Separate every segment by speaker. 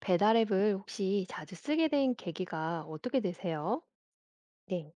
Speaker 1: 배달앱을 혹시 자주 쓰게 된 계기가 어떻게 되세요?
Speaker 2: 네.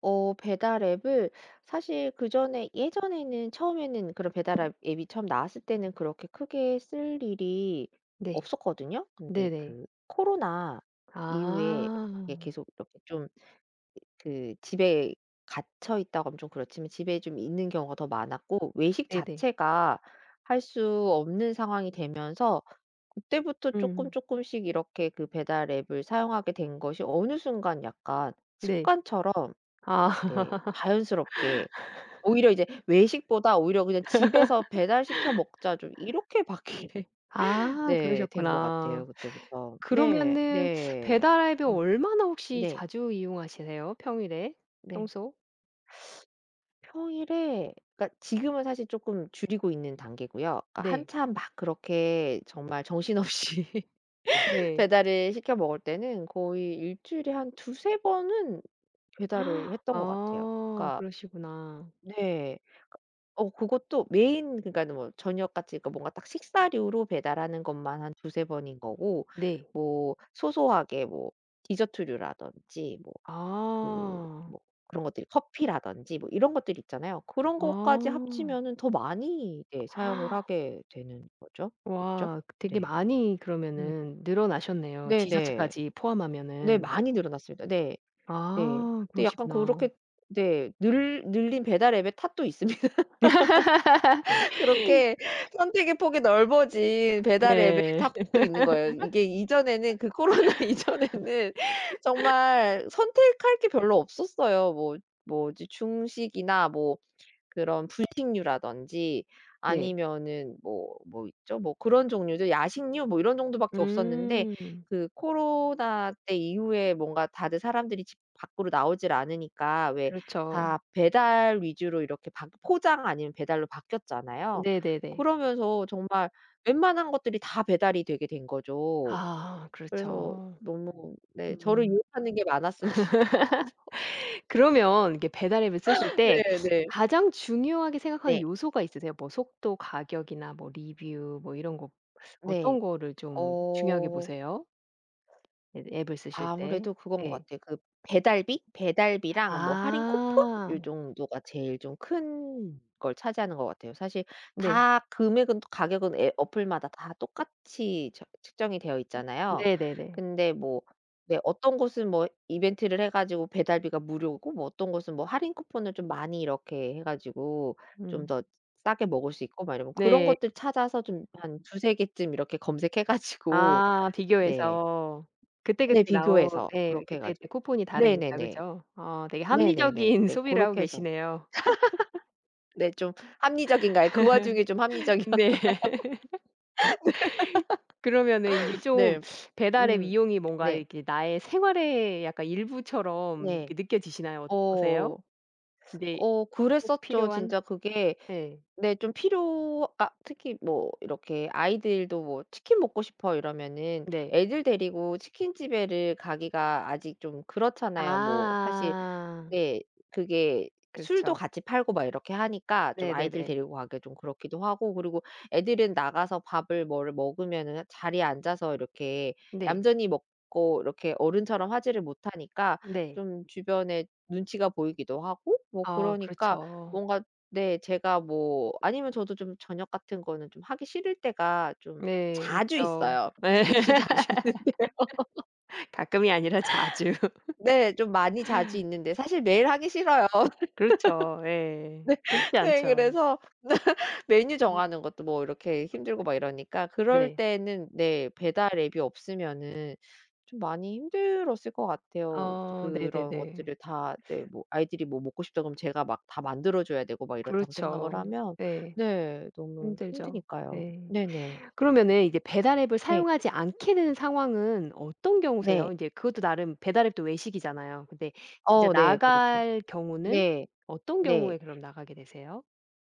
Speaker 2: 배달 앱을 사실 그전에 예전에는 처음에는 그런 배달 앱 앱이 처음 나왔을 때는 그렇게 크게 쓸 일이
Speaker 1: 네.
Speaker 2: 없었거든요. 근데
Speaker 1: 네네.
Speaker 2: 그 코로나
Speaker 1: 아.
Speaker 2: 이후에 이게 계속 이렇게 좀 그 집에 갇혀 있다고 하면 좀 그렇지만 집에 좀 있는 경우가 더 많았고 외식
Speaker 1: 네네.
Speaker 2: 자체가 할 수 없는 상황이 되면서 그때부터 조금
Speaker 1: 음.
Speaker 2: 조금씩 이렇게 그 배달 앱을 사용하게 된 것이 어느 순간 약간
Speaker 1: 네.
Speaker 2: 습관처럼
Speaker 1: 아.
Speaker 2: 네, 자연스럽게 오히려 이제 외식보다 오히려 그냥 집에서 '배달시켜 먹자.' 좀 이렇게 바뀌게 네
Speaker 1: 아
Speaker 2: 된 것 같아요
Speaker 1: 그러셨구나.
Speaker 2: 그때부터. 네.
Speaker 1: 그러면은
Speaker 2: 네.
Speaker 1: 배달앱을 얼마나 혹시
Speaker 2: 네.
Speaker 1: 자주 이용하시세요? 평일에?
Speaker 2: 네.
Speaker 1: 평소?
Speaker 2: 평일에 그러니까 지금은 사실 쪼끔 줄이고 있는 단계고요. 그러니까
Speaker 1: 네.
Speaker 2: 한참 막 그렇게 정말 정신없이
Speaker 1: 네.
Speaker 2: 배달을 시켜 먹을 때는 거의 일 주일에 한 두세 번은 배달을 했던 것 같아요.
Speaker 1: 아
Speaker 2: 그러니까
Speaker 1: 그러시구나.
Speaker 2: 네. 그것도 메인 그러니까는 뭐 저녁같이 그러니까 뭔가 딱 식사류로 배달하는 것만 한 두세 번인 거고
Speaker 1: 네.
Speaker 2: 뭐 소소하게 뭐 디저트류라든지 뭐 그
Speaker 1: 아.
Speaker 2: 뭐 그런 것들이 커피라든지 뭐 이런 것들 있잖아요. 그런 것까지
Speaker 1: 아.
Speaker 2: 합치면은 더 많이 네 사용을 하게 되는 거죠. 그렇죠?
Speaker 1: 와 그 되게
Speaker 2: 네.
Speaker 1: 많이
Speaker 2: 음.
Speaker 1: 그러면은 늘어나셨네요.
Speaker 2: 네네.
Speaker 1: 지자체까지
Speaker 2: 네
Speaker 1: 포함하면은.
Speaker 2: 많이 늘어났습니다. 네. 네.
Speaker 1: 아
Speaker 2: 근데 약간
Speaker 1: 그러시구나.
Speaker 2: 그렇게 네 늘 늘린 배달 앱의 탓도 있습니 그렇게 선택의 폭이 넓어진 배달 앱의
Speaker 1: 네.
Speaker 2: 탑도 있는 거예요. 이게 이전에는 그 코로나 이전에는 정말 선택할 게 별로 없었어요. 뭐 뭐지 중식이나 뭐 그런 분식류라든지
Speaker 1: 네.
Speaker 2: 아니면은 뭐 뭐 있죠? 뭐 그런 종류들 야식류 뭐 이런 정도밖에 없었는데
Speaker 1: 음.
Speaker 2: 그 코로나 때 이후에 뭔가 다들 사람들이 집 밖으로 나오질 않으니까 왜
Speaker 1: 그렇죠.
Speaker 2: 다 배달 위주로 이렇게 바 포장 아니면 배달로 바뀌었잖아요.
Speaker 1: 네네네.
Speaker 2: 그러면서 정말 웬만한 것들이 다 배달이 되게 된 거죠.
Speaker 1: 아
Speaker 2: 그래서
Speaker 1: 그렇죠.
Speaker 2: 너무 네 저를
Speaker 1: 음.
Speaker 2: 유혹하는 게 많았습니다.
Speaker 1: 그러면 이게 배달 앱을 쓰실 때
Speaker 2: 네네. 네.
Speaker 1: 가장 중요하게 생각하는
Speaker 2: 네.
Speaker 1: 요소가 있으세요? 뭐 속도, 가격이나 뭐 리뷰 뭐 이런 거
Speaker 2: 네.
Speaker 1: 어떤 거를 좀 중요하게
Speaker 2: 어
Speaker 1: 보세요? 앱 앱을 쓰실 때?
Speaker 2: 아무래도 그건 것
Speaker 1: 네.
Speaker 2: 같아요. 그 배달비? 배달비랑 뭐 할인 쿠폰
Speaker 1: 아.
Speaker 2: 요 정도가 제일 좀 큰 걸 차지하는 것 같아요. 사실
Speaker 1: 네.
Speaker 2: 다 금액은 가격은 앱 어플마다 다 똑같이 저 측정이 되어 있잖아요.
Speaker 1: 네네네.
Speaker 2: 근데 뭐 네 어떤 곳은 뭐 이벤트를 해 가지고 배달비가 무료고 뭐 어떤 곳은 뭐 할인 쿠폰을 좀 많이 이렇게 해 가지고 좀
Speaker 1: 음.
Speaker 2: 더 싸게 먹을 수 있고 막 이러면 그런
Speaker 1: 네.
Speaker 2: 것들 찾아서 좀 한 두세 개쯤 이렇게 검색해 가지고
Speaker 1: 아
Speaker 2: 네.
Speaker 1: 비교해서
Speaker 2: 네
Speaker 1: 그때그때 나오
Speaker 2: 비교해서
Speaker 1: 예
Speaker 2: 그렇게 해
Speaker 1: 그때그때
Speaker 2: 가지고.
Speaker 1: 쿠폰이 다르니까
Speaker 2: 네네네.
Speaker 1: 그죠? 어 되게
Speaker 2: 네네네.
Speaker 1: 합리적인
Speaker 2: 네
Speaker 1: 소비를 하고
Speaker 2: 고렇게 해서.
Speaker 1: 계시네요.
Speaker 2: 네 좀 합리적인가요? 그 와중에 좀
Speaker 1: 네.
Speaker 2: 합리적이었나요?
Speaker 1: 그러면은 이게 좀
Speaker 2: 네.
Speaker 1: 배달앱
Speaker 2: 음.
Speaker 1: 이용이 뭔가
Speaker 2: 네.
Speaker 1: 이렇게 나의 생활의 약간 일부처럼 이렇게
Speaker 2: 네.
Speaker 1: 느껴지시나요?
Speaker 2: 어.
Speaker 1: 어떠세요? 인제 꼭
Speaker 2: 그랬었죠.
Speaker 1: 필요한
Speaker 2: 진짜 그게
Speaker 1: 예.
Speaker 2: 네 좀 필요 그러니까 특히 뭐 이렇게 아이들도 뭐 "치킨 먹고 싶어." 이러면은
Speaker 1: 네.
Speaker 2: 애들 데리고 치킨집에를 가기가 아직 좀 그렇잖아요. 뭐 사실
Speaker 1: 아.
Speaker 2: 네. 그게 술도
Speaker 1: 그렇죠.
Speaker 2: 같이 팔고 막 이렇게 하니까 좀 아이들
Speaker 1: 네네네.
Speaker 2: 데리고 가기 좀 그렇기도 하고 그리고 애들은 나가서 밥을 뭐를 먹으면은 자리에 앉아서 이렇게
Speaker 1: 네.
Speaker 2: 얌전히 먹고 이렇게 어른처럼 하지를 못하니까
Speaker 1: 네.
Speaker 2: 좀 주변에 눈치가 보이기도 하고 뭐
Speaker 1: 아
Speaker 2: 그러니까
Speaker 1: 그렇죠.
Speaker 2: 뭔가 네 제가 뭐 아니면 저도 좀 저녁 같은 거는 좀 하기 싫을 때가 좀
Speaker 1: 네.
Speaker 2: 자주
Speaker 1: 있죠.
Speaker 2: 있어요. 몹시 자주 있는데
Speaker 1: 예. 가끔이 아니라 자주.
Speaker 2: 네 좀 많이 자주 있는데 사실 매일 하기 싫어요.
Speaker 1: 그렇죠. 예.
Speaker 2: 네.
Speaker 1: 쉽지
Speaker 2: 네
Speaker 1: 않죠.
Speaker 2: 그래서 메뉴
Speaker 1: 음
Speaker 2: 정하는 것도 뭐 이렇게 힘들고 막 이러니까 그럴
Speaker 1: 네.
Speaker 2: 때는 네 배달 앱이 없으면은 좀 많이 힘들었을 것 같아요.
Speaker 1: 어
Speaker 2: 그런
Speaker 1: 네네네.
Speaker 2: 것들을 다 네 뭐 아이들이 뭐 "먹고 싶다." 그러면 제가 막 다 만들어 줘야 되고 막 이렇다고 생각을
Speaker 1: 그렇죠.
Speaker 2: 하면
Speaker 1: 네.
Speaker 2: 네 너무
Speaker 1: 힘들죠.
Speaker 2: 힘드니까요.
Speaker 1: 네.
Speaker 2: 네네.
Speaker 1: 그러면은 이제 배달 앱을
Speaker 2: 네.
Speaker 1: 사용하지 않게 되는 상황은 어떤
Speaker 2: 네.
Speaker 1: 경우세요? 인제 그것도 나름 배달 앱도 외식이잖아요. 근데 진짜
Speaker 2: 어 네. 그렇죠.
Speaker 1: 나갈 경우는
Speaker 2: 네.
Speaker 1: 어떤
Speaker 2: 네.
Speaker 1: 경우에 그럼 나가게 되세요?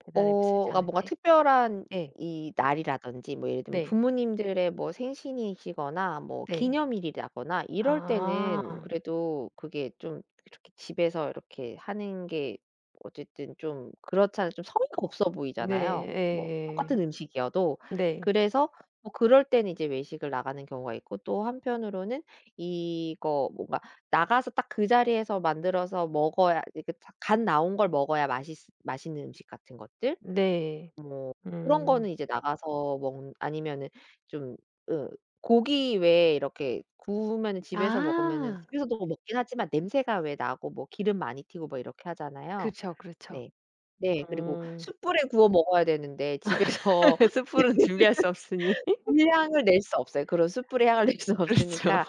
Speaker 1: 배달 앱을 쓰지
Speaker 2: 그러니까
Speaker 1: 않을
Speaker 2: 뭔가
Speaker 1: 때?
Speaker 2: 특별한
Speaker 1: 예.
Speaker 2: 이 날이라든지 뭐 예를 들면
Speaker 1: 네.
Speaker 2: 부모님들의 뭐 생신이시거나 뭐
Speaker 1: 네.
Speaker 2: 기념일이라거나 이럴
Speaker 1: 아.
Speaker 2: 때는 그래도 그게 좀 이렇게 집에서 이렇게 하는 게 어쨌든 좀 그렇잖아요. 좀 성의가 없어
Speaker 1: 네.
Speaker 2: 보이잖아요 뭐
Speaker 1: 예예.
Speaker 2: 똑같은 음식이어도.
Speaker 1: 네.
Speaker 2: 그래서 뭐 그럴 때는 이제 외식을 나가는 경우가 있고 또 한편으로는 이거 뭔가 나가서 딱 그 자리에서 만들어서 먹어야 이렇게 다 갓 나온 걸 먹어야 맛있는 음식 같은 것들
Speaker 1: 네.
Speaker 2: 뭐 그런
Speaker 1: 음.
Speaker 2: 거는 이제 나가서 먹 아니면은 좀 으 고기 왜 이렇게 구우면은 집에서 먹으면은
Speaker 1: 아.
Speaker 2: 집에서도 먹긴 하지만 냄새가 왜 나고 뭐 기름 많이 튀고 뭐 이렇게 하잖아요.
Speaker 1: 그쵸, 그렇죠.
Speaker 2: 네. 네. 그리고
Speaker 1: 어.
Speaker 2: 숯불에 구워 먹어야 되는데 집에서
Speaker 1: 수프는 준비할 수 없으니.
Speaker 2: 불 향을 낼 수 없어요. 그런 숯불의 향을 낼 수
Speaker 1: 그렇죠.
Speaker 2: 없으니까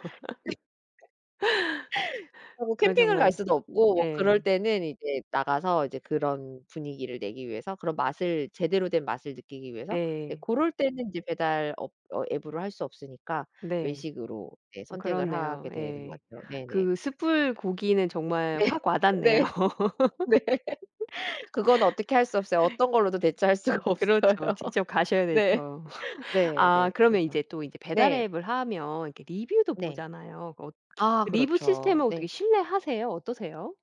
Speaker 2: 그리고
Speaker 1: 그건
Speaker 2: 캠핑을 갈
Speaker 1: 정말
Speaker 2: 수도 없고 뭐 그럴
Speaker 1: 예.
Speaker 2: 때는 이제 나가서 이제 그런 분위기를 내기 위해서 그런 맛을 제대로 된 맛을 느끼기 위해서 네
Speaker 1: 예.
Speaker 2: 고럴 때는 이제 배달 업 어 앱으로 할 수 없으니까
Speaker 1: 네.
Speaker 2: 외식으로 네
Speaker 1: 어
Speaker 2: 선택을
Speaker 1: 그렇네요.
Speaker 2: 하게 되는
Speaker 1: 예.
Speaker 2: 것 같아요. 네네.
Speaker 1: 그 숯불 고기는 정말
Speaker 2: 네.
Speaker 1: 확 와 닿네요.
Speaker 2: 네. 네. 그건 어떻게 할 수 없어요. 어떤 걸로도 대체할 수가 없어요.
Speaker 1: 그렇죠. 직접 가셔야
Speaker 2: 네.
Speaker 1: 되죠.
Speaker 2: 네
Speaker 1: 아
Speaker 2: 네.
Speaker 1: 그러면
Speaker 2: 그래서
Speaker 1: 이제 또 이제 배달
Speaker 2: 네.
Speaker 1: 앱을 하면 이렇게 리뷰도
Speaker 2: 네.
Speaker 1: 보잖아요. 그 어
Speaker 2: 아
Speaker 1: 리뷰 시스
Speaker 2: 그렇죠.
Speaker 1: 템을 어떻게
Speaker 2: 네.
Speaker 1: 신뢰하세요? 어떠세요?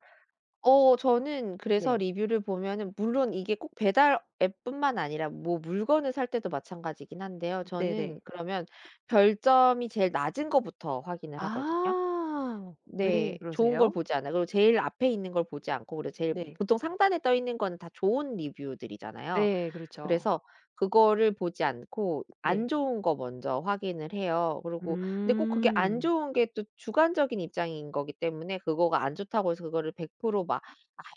Speaker 2: 저는 그래서
Speaker 1: 네.
Speaker 2: 리뷰를 보면은 물론 이게 꼭 배달 앱뿐만 아니라 뭐 물건을 살 때도 마찬가지긴 한데요.
Speaker 1: 네네.
Speaker 2: 저는 그러면 별점이 제일 낮은 거부터 확인을 하거든요.
Speaker 1: 아.
Speaker 2: 네.
Speaker 1: 왜
Speaker 2: 좋은 걸
Speaker 1: 그러세요?
Speaker 2: 보지 않아요. 그리고 제일 앞에 있는 걸 보지 않고 그리고 제일
Speaker 1: 네.
Speaker 2: 보통 상단에 떠 있는 거는 다 좋은 리뷰들이잖아요.
Speaker 1: 네. 그렇죠.
Speaker 2: 그래서 그거를 보지 않고
Speaker 1: 네.
Speaker 2: 안 좋은 거 먼저 확인을 해요. 그리고 근데 꼭 그게 안
Speaker 1: 음.
Speaker 2: 좋은 게 또 주관적인 입장인 거기 때문에 그거가 안 좋다고 해서 그거를 100%막 '아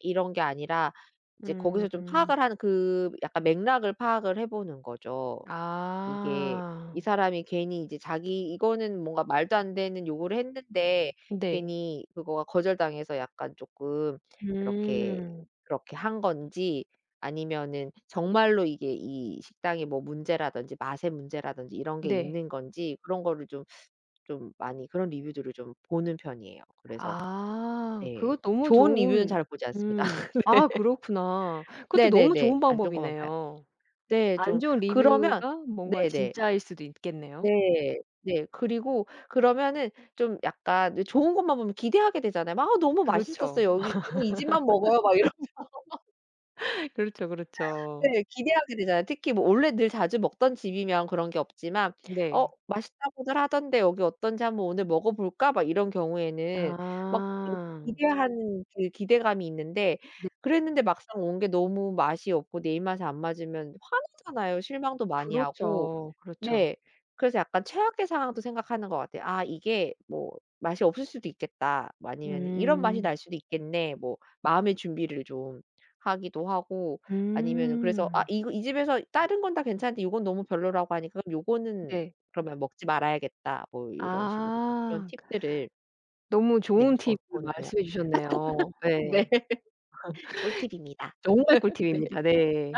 Speaker 2: 이런 게 아니라' 이제 거기서 좀
Speaker 1: 음.
Speaker 2: 파악을 하는 그 약간 맥락을 파악을 해 보는 거죠. 이게
Speaker 1: 아.
Speaker 2: 이 사람이 괜히 이제 자기 이거는 뭔가 말도 안 되는 요구를 했는데
Speaker 1: 네.
Speaker 2: 괜히 그거가 거절당해서 약간 쪼끔 이렇게
Speaker 1: 음.
Speaker 2: 그렇게 한 건지 아니면은 정말로 이게 이 식당에 뭐 문제라든지 맛의 문제라든지 이런 게
Speaker 1: 네.
Speaker 2: 있는 건지 그런 거를 좀 좀 많이 그런 리뷰들을 좀 보는 편이에요. 그래서
Speaker 1: 아.
Speaker 2: 네.
Speaker 1: 그거 너무
Speaker 2: 좋은 리뷰는
Speaker 1: 좋은
Speaker 2: 잘 보지 않습니다.
Speaker 1: 아 그렇구나. 그것도 너무
Speaker 2: 네네네.
Speaker 1: 좋은
Speaker 2: 안 좋은 것만 봐요.
Speaker 1: 방법이네요.
Speaker 2: 네.
Speaker 1: 안
Speaker 2: 좀
Speaker 1: 좋은
Speaker 2: 그러면
Speaker 1: 리뷰가 뭔가
Speaker 2: 네네.
Speaker 1: 진짜일 수도 있겠네요.
Speaker 2: 네. 네. 그리고 그러면은 좀 약간 왜 좋은 것만 보면 기대하게 되잖아요. 막 "아 너무
Speaker 1: 그렇죠.
Speaker 2: 맛있었어요. 여기 저는 이 집만 먹어요." 막 이런
Speaker 1: 그렇죠, 그렇죠.
Speaker 2: 네. 기대하게 되잖아요. 특히 뭐 원래 늘 자주 먹던 집이면 그런 게 없지만 '어
Speaker 1: 네.
Speaker 2: 맛있다고들 하던데 여기 어떤지 한번 오늘 먹어 볼까?' 막 이런 경우에는 막 이렇게
Speaker 1: 아.
Speaker 2: 기대하는 그 기대감이 있는데
Speaker 1: 네.
Speaker 2: 그랬는데 막상 온 게 너무 맛이 없고 내 입맛에 안 맞으면 화나잖아요. 실망도 많이 하고.
Speaker 1: 그렇죠, 그렇죠.
Speaker 2: 네. 그래서 약간 최악의 상황도 생각하는 것 같아요. '아 이게 뭐 맛이 없을 수도 있겠다.' 뭐 아니면 '이런 맛이
Speaker 1: 음.
Speaker 2: 날 수도 있겠네.' 뭐 마음의 준비를 좀 하기도 하고 아니면은 그래서 '아
Speaker 1: 음.
Speaker 2: 이거 이 집에서 다른 건 다 괜찮은데 요건 너무 별로라고 하니까 그럼 요거는
Speaker 1: 네.
Speaker 2: 그러면 먹지 말아야겠다.' 뭐 이런 식으로 좀 그런
Speaker 1: 아.
Speaker 2: 팁들을
Speaker 1: 너무 좋은
Speaker 2: 네
Speaker 1: 팁을
Speaker 2: 얻고는 해요.
Speaker 1: 말씀해 주셨네요. 예.
Speaker 2: 네. 꿀팁입니다.
Speaker 1: 정말
Speaker 2: 네.
Speaker 1: 꿀팁입니다. 네.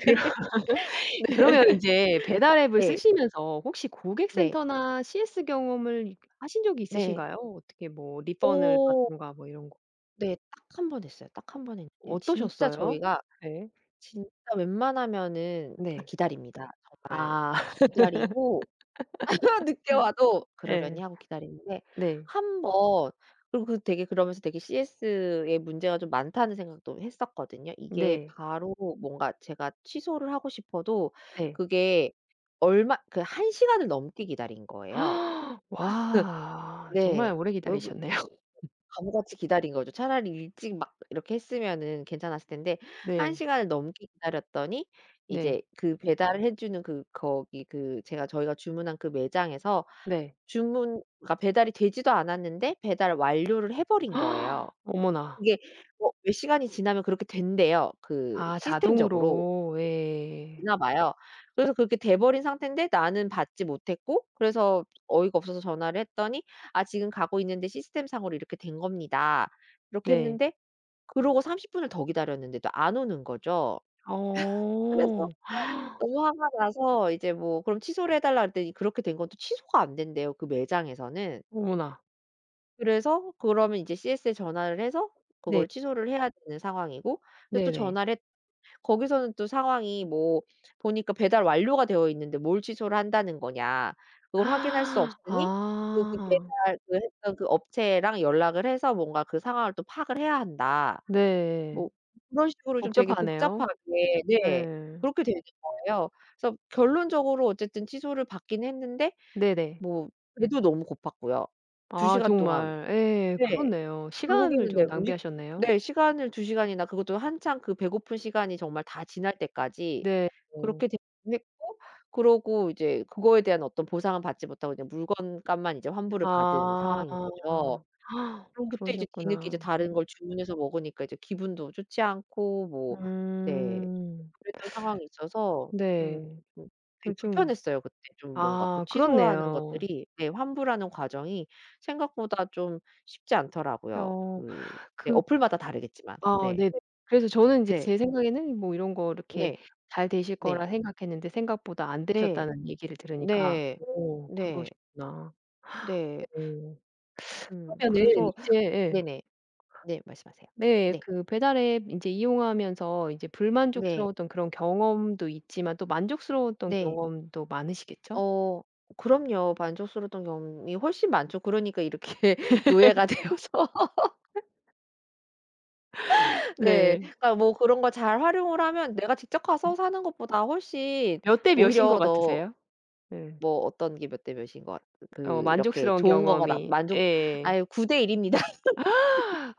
Speaker 1: 그럼
Speaker 2: 네.
Speaker 1: 그러면 인제 배달 앱을
Speaker 2: 네.
Speaker 1: 쓰시면서 혹시
Speaker 2: 네. 네.
Speaker 1: 고객센터나 CS 경험을 하신 적이
Speaker 2: 네.
Speaker 1: 있으신가요? 어떻게 뭐 리펀을
Speaker 2: 어.
Speaker 1: 받든가 뭐 이런 거.
Speaker 2: 네. 딱 한 번 했어요. 딱 한 번 했는데 진짜
Speaker 1: 어떠셨어요?
Speaker 2: 저희가
Speaker 1: 네.
Speaker 2: 진짜 웬만하면은 다
Speaker 1: 네.
Speaker 2: 기다립니다.
Speaker 1: 아.
Speaker 2: 기다리고 늦게 와도
Speaker 1: 예.
Speaker 2: 그러려니 하고 기다리는데
Speaker 1: 네.
Speaker 2: 한 번 그리고 그 되게 그러면서 되게 CS에 문제가 좀 많다는 생각도 했었거든요. 이게
Speaker 1: 네.
Speaker 2: 바로 뭔가 제가 취소를 하고 싶어도
Speaker 1: 네.
Speaker 2: 그게 얼마 그 한 시간을 넘게 기다린 거예요.
Speaker 1: 와. 정말
Speaker 2: 네.
Speaker 1: 오래
Speaker 2: 왜
Speaker 1: 기다리셨네요.
Speaker 2: 바보같이 기다린 거죠. 차라리 일찍 막 이렇게 했으면은 괜찮았을 텐데 1
Speaker 1: 네.
Speaker 2: 시간을 넘게 기다렸더니 이제
Speaker 1: 네.
Speaker 2: 그 배달을 해 주는 그 거기 그 제가 저희가 주문한 그 매장에서
Speaker 1: 네.
Speaker 2: 주문 그러니까 배달이 되지도 않았는데 배달 완료를 해 버린 거예요.
Speaker 1: 어머나.
Speaker 2: 그게 뭐 몇 시간이 지나면 그렇게 된대요, 그
Speaker 1: 아
Speaker 2: 시스템적으로.
Speaker 1: 자동으로. 예.
Speaker 2: 있나 봐요. 그래서 그렇게 돼 버린 상태인데 나는 받지 못했고 그래서 어이가 없어서 전화를 했더니 "아 지금 가고 있는데 시스템상으로 이렇게 된 겁니다." 이렇게
Speaker 1: 네.
Speaker 2: 했는데 그러고 30 분을 더 기다렸는데도 안 오는 거죠.
Speaker 1: 어.
Speaker 2: 그래서 너무 화가 나서 이제 뭐 그럼 취소를 해 달라 그랬더니 그렇게 된 건 또 취소가 안 된대요, 그 매장에서는.
Speaker 1: 어머나.
Speaker 2: 그래서 그러면 이제 CS에 전화를 해서
Speaker 1: 네.
Speaker 2: 그걸 취소를 해야 되는 상황이고 근데 또
Speaker 1: 네네.
Speaker 2: 전화를 했 거기서는 또 상황이 뭐 보니까 배달 완료가 되어 있는데 뭘 취소를 한다는 거냐. 그걸 확인할 수
Speaker 1: 아
Speaker 2: 없으니 또 그
Speaker 1: 아.
Speaker 2: 배달 그 했던 그 업체랑 연락을 해서 뭔가 그 상황을 또 파악을 해야 한다.
Speaker 1: 네.
Speaker 2: 뭐 그런 식으로 좀 되게
Speaker 1: 복잡하네요.
Speaker 2: 복잡하게 네.
Speaker 1: 예.
Speaker 2: 그렇게 되는 거예요. 그래서 결론적으로 어쨌든 취소를 받긴 했는데
Speaker 1: 네네.
Speaker 2: 뭐 배도 너무 고팠고요. 두
Speaker 1: 아
Speaker 2: 시간 동안
Speaker 1: 정말 예
Speaker 2: 네.
Speaker 1: 그렇네요. 시간을
Speaker 2: 결국에는 네
Speaker 1: 좀
Speaker 2: 음식
Speaker 1: 낭비하셨네요.
Speaker 2: 네 시간을 두 시간이나 그것도 한창 그 배고픈 시간이 정말 다 지날 때까지
Speaker 1: 네.
Speaker 2: 그렇게 제공을 했고 그러고 이제 그거에 대한 어떤 보상은 받지 못하고 그냥 물건값만 이제 환불을 받은
Speaker 1: 아.
Speaker 2: 상황인 거죠. 그럼 그때 이제 뒤늦게 이제
Speaker 1: 그러셨구나.
Speaker 2: 다른 걸 주문해서 먹으니까 이제 기분도 좋지 않고 뭐 네
Speaker 1: 음.
Speaker 2: 그랬던 상황이 있어서 음
Speaker 1: 네.
Speaker 2: 좀 되게
Speaker 1: 그 좀
Speaker 2: 불편했어요. 그때 좀 뭔가 그
Speaker 1: 아
Speaker 2: 취소라는
Speaker 1: 그렇네요.
Speaker 2: 것들이 네 환불하는 과정이 생각보다 좀 쉽지 않더라고요.
Speaker 1: 어
Speaker 2: 그 네
Speaker 1: 그
Speaker 2: 어플마다 다르겠지만.
Speaker 1: 아
Speaker 2: 네.
Speaker 1: 네네. 그래서 저는 인제
Speaker 2: 네.
Speaker 1: 제 생각에는 뭐 이런 거 이렇게
Speaker 2: 네.
Speaker 1: 잘 되실
Speaker 2: 네.
Speaker 1: 거라 생각했는데 생각보다 안
Speaker 2: 네.
Speaker 1: 되셨다는 얘기를 들으니까
Speaker 2: 네. 네.
Speaker 1: 어
Speaker 2: 네.
Speaker 1: 그러셨구나.
Speaker 2: 네.
Speaker 1: 어. 그러면은
Speaker 2: 그래서
Speaker 1: 이제 예.
Speaker 2: 네네. 네 말씀하세요.
Speaker 1: 네
Speaker 2: 네.
Speaker 1: 그 배달앱 인제 이용하면서 이제
Speaker 2: 네.
Speaker 1: 불만족스러웠던 그런 경험도 있지만 또 만족스러웠던
Speaker 2: 네.
Speaker 1: 경험도 많으시겠죠?
Speaker 2: 어 그럼요. 만족스러웠던 경험이 훨씬 많죠. 그러니까 이렇게 노예가 되어서 네.
Speaker 1: 네.
Speaker 2: 그러니까 뭐 그런 걸 잘 활용을 하면 내가 직접 가서 사는 것보다 훨씬
Speaker 1: 몇 대 몇인
Speaker 2: 오히려
Speaker 1: 것
Speaker 2: 더
Speaker 1: 같으세요? 네.
Speaker 2: 뭐 어떤 게 몇 대 몇인 것 같
Speaker 1: 어
Speaker 2: 그 이렇게
Speaker 1: 만족스러운
Speaker 2: 좋은 건가 나
Speaker 1: 경험이
Speaker 2: 만족
Speaker 1: 예.
Speaker 2: 아유 9 대 1 입니다.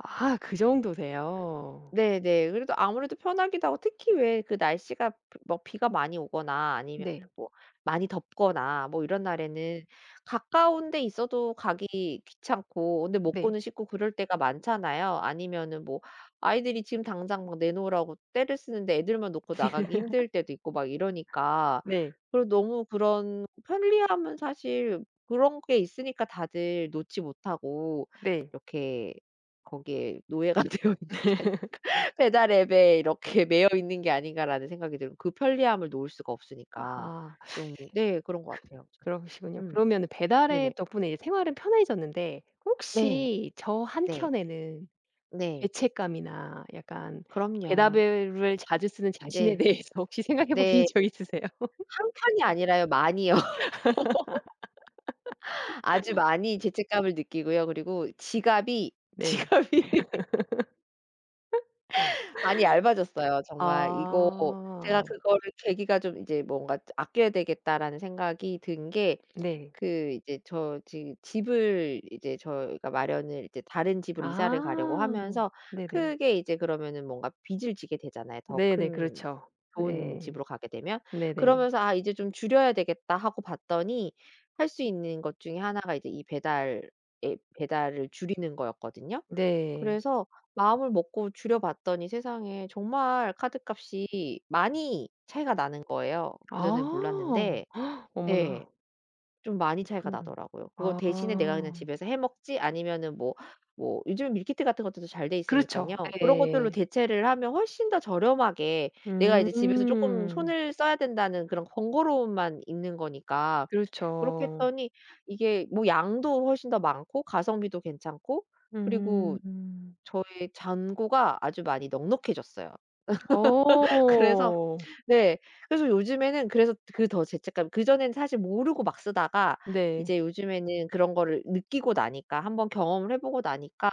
Speaker 1: 아 그 정도세요.
Speaker 2: 네네. 그래도 아무래도 편하기도 하고 특히 왜 그 날씨가 비- 뭐 비가 많이 오거나 아니면
Speaker 1: 네.
Speaker 2: 뭐 많이 덥거나 뭐 이런 날에는 가까운 데 있어도 가기 귀찮고 근데 못
Speaker 1: 네.
Speaker 2: 고는 싶고 그럴 때가 많잖아요. 아니면은 뭐 아이들이 지금 당장 막 내놓으라고 떼를 쓰는데 애들만 놓고 나가기 힘들 때도 있고 막 이러니까
Speaker 1: 네.
Speaker 2: 그리고 너무 그런 편리함은 사실 그런 게 있으니까 다들 놓지 못하고
Speaker 1: 네.
Speaker 2: 이렇게 거기에 노예가 되어 있는 게 아닐까. 배달 앱에 이렇게 매여 있는 게 아닌가라는 생각이 들고 그 편리함을 놓을 수가 없으니까
Speaker 1: 아
Speaker 2: 좀 네 그런 것 같아요. 좀
Speaker 1: 그러시군요.
Speaker 2: 음
Speaker 1: 그러면은
Speaker 2: 네네.
Speaker 1: 배달앱 덕분에 이제 생활은 편해졌는데
Speaker 2: 네.
Speaker 1: 혹시 저
Speaker 2: 네.
Speaker 1: 한켠에는
Speaker 2: 네.
Speaker 1: 죄책감이나 약간
Speaker 2: 그럼요.
Speaker 1: 배달앱을 자주 쓰는 자신에
Speaker 2: 네.
Speaker 1: 대해서 혹시 생각해 보신
Speaker 2: 네.
Speaker 1: 적 있으세요?
Speaker 2: 한 칸이 아니라요. 많이요. 아주 많이 죄책감을 느끼고요. 그리고 지갑이,
Speaker 1: 네.
Speaker 2: 지갑이 많이 얇아졌어요. 정말 이거 제가
Speaker 1: 아.
Speaker 2: 그거를 계기가 좀 이제 뭔가 '아껴야 되겠다.'라는 생각이 든게
Speaker 1: 네.
Speaker 2: 그 이제 저 지 집을 이제 저희가 마련을 이제 다른 집으로 이사를 가려고
Speaker 1: 아.
Speaker 2: 하면서
Speaker 1: 네네.
Speaker 2: 크게 이제 그러면은 뭔가 빚을 지게 되잖아요, 더
Speaker 1: 네네.
Speaker 2: 큰
Speaker 1: 그렇죠.
Speaker 2: 좋은
Speaker 1: 예.
Speaker 2: 집으로 가게 되면.
Speaker 1: 네네.
Speaker 2: 그러면서 '아 이제 좀 줄여야 되겠다.' 하고 봤더니 할 수 있는 것 중에 하나가 이제 이 배달 앱 배달을 줄이는 거였거든요.
Speaker 1: 네.
Speaker 2: 그래서 마음을 먹고 줄여 봤더니 세상에 정말 카드값이 많이 차이가 나는 거예요. 그전엔
Speaker 1: 아.
Speaker 2: 몰랐는데
Speaker 1: 어머나.
Speaker 2: 예. 좀 많이 차이가
Speaker 1: 음.
Speaker 2: 나더라고요. 그거
Speaker 1: 아.
Speaker 2: 대신에 내가 그냥 집에서 해 먹지 아니면은 뭐 뭐 요즘은 밀키트 같은 것들도 잘 돼
Speaker 1: 그렇죠.
Speaker 2: 있으니깐요. 그런 것들로
Speaker 1: 예.
Speaker 2: 대체를 하면 훨씬 더 저렴하게 내가 이제 집에서 쪼끔
Speaker 1: 음.
Speaker 2: 손을 써야 된다는 그런 번거로움만 있는 거니까 그렇게
Speaker 1: 그렇죠.
Speaker 2: 했더니 이게 뭐 양도 훨씬 더 많고 가성비도 괜찮고 그리고
Speaker 1: 음.
Speaker 2: 저의 잔고가 아주 많이 넉넉해졌어요. 그래서
Speaker 1: 어.
Speaker 2: 네. 그래서 요즘에는 그래서 그 더 죄책감 그전에는 사실 모르고 막 쓰다가
Speaker 1: 네.
Speaker 2: 이제 요즘에는 그런 거를 느끼고 나니까 한 번 경험을 해 보고 나니까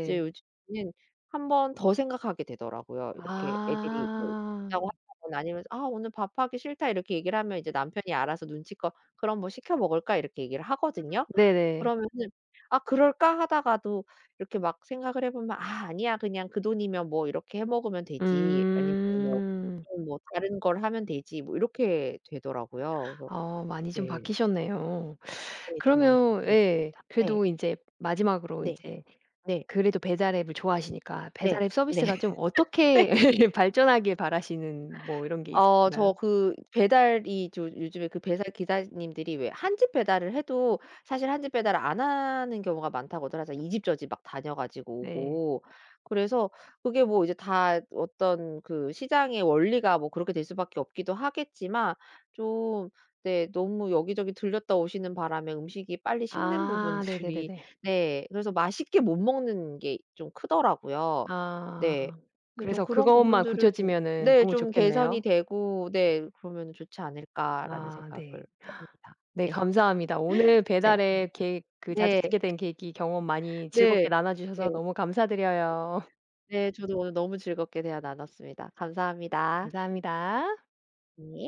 Speaker 2: 이제 요즘에는 한 번 더 생각하게 되더라고요. 이렇게 애들이 뭐
Speaker 1: 아.
Speaker 2: 먹자고 한다거나 아니면 "아 오늘 밥하기 싫다." 이렇게 얘기를 하면 이제 남편이 알아서 눈치껏 "그럼 뭐 시켜 먹을까?" 이렇게 얘기를 하거든요.
Speaker 1: 네네.
Speaker 2: 그러면은 '아 그럴까?' 하다가도 이렇게 막 생각을 해 보면 '아 아니야. 그냥 그 돈이면 뭐 이렇게 해 먹으면 되지.' 아니면 뭐
Speaker 1: 음.
Speaker 2: 좀 뭐 다른 걸 하면 되지." 뭐 이렇게 되더라고요. 그래서
Speaker 1: 어 많이 좀
Speaker 2: 네.
Speaker 1: 바뀌셨네요.
Speaker 2: 네 좀 많이
Speaker 1: 그러면
Speaker 2: 바뀌게
Speaker 1: 예
Speaker 2: 됐습니다. 네.
Speaker 1: 그래도 인제 마지막으로
Speaker 2: 네.
Speaker 1: 인제
Speaker 2: 네.
Speaker 1: 그래도 배달 앱을 좋아하시니까
Speaker 2: 네.
Speaker 1: 배달 앱
Speaker 2: 네.
Speaker 1: 서비스가 좀 어떻게
Speaker 2: 네.
Speaker 1: 발전하길 바라시는 뭐 이런 게
Speaker 2: 저
Speaker 1: 있으신가요?
Speaker 2: 그 배달이 저 요즘에 그 배달 기사님들이 왜 한 집 배달을 해도 사실 한 집 배달을 안 하는 경우가 많다고들 하잖아요. 이 집 저 집 막 다녀 가지고
Speaker 1: 네.
Speaker 2: 오고. 그래서 그게 뭐 이제 다 어떤 그 시장의 원리가 뭐 그렇게 될 수밖에 없기도 하겠지만 좀 네 너무 여기저기 들렸다 오시는 바람에 음식이 빨리 식는
Speaker 1: 아
Speaker 2: 부분들이
Speaker 1: 네네네네.
Speaker 2: 네 그래서 맛있게 못 먹는 게 좀 크더라고요.
Speaker 1: 아.
Speaker 2: 네. 근데 좀
Speaker 1: 그래서
Speaker 2: 그런
Speaker 1: 그것만
Speaker 2: 부분들은
Speaker 1: 고쳐지면은
Speaker 2: 네.
Speaker 1: 너무
Speaker 2: 좀
Speaker 1: 좋겠네요.
Speaker 2: 개선이 되고 네 그러면 '좋지 않을까.'라는
Speaker 1: 아
Speaker 2: 생각을
Speaker 1: 네.
Speaker 2: 합니다.
Speaker 1: 네
Speaker 2: 네.
Speaker 1: 감사합니다. 오늘
Speaker 2: 네. 음.
Speaker 1: 배달의 계획 그 자주
Speaker 2: 네.
Speaker 1: 쓰게 된 계기 경험 많이 즐겁게
Speaker 2: 네.
Speaker 1: 나눠 주셔서
Speaker 2: 네.
Speaker 1: 너무 감사드려요.
Speaker 2: 네. 저도 오늘 너무 즐겁게 대화 나눴습니다. 감사합니다.
Speaker 1: 감사합니다.
Speaker 2: 네.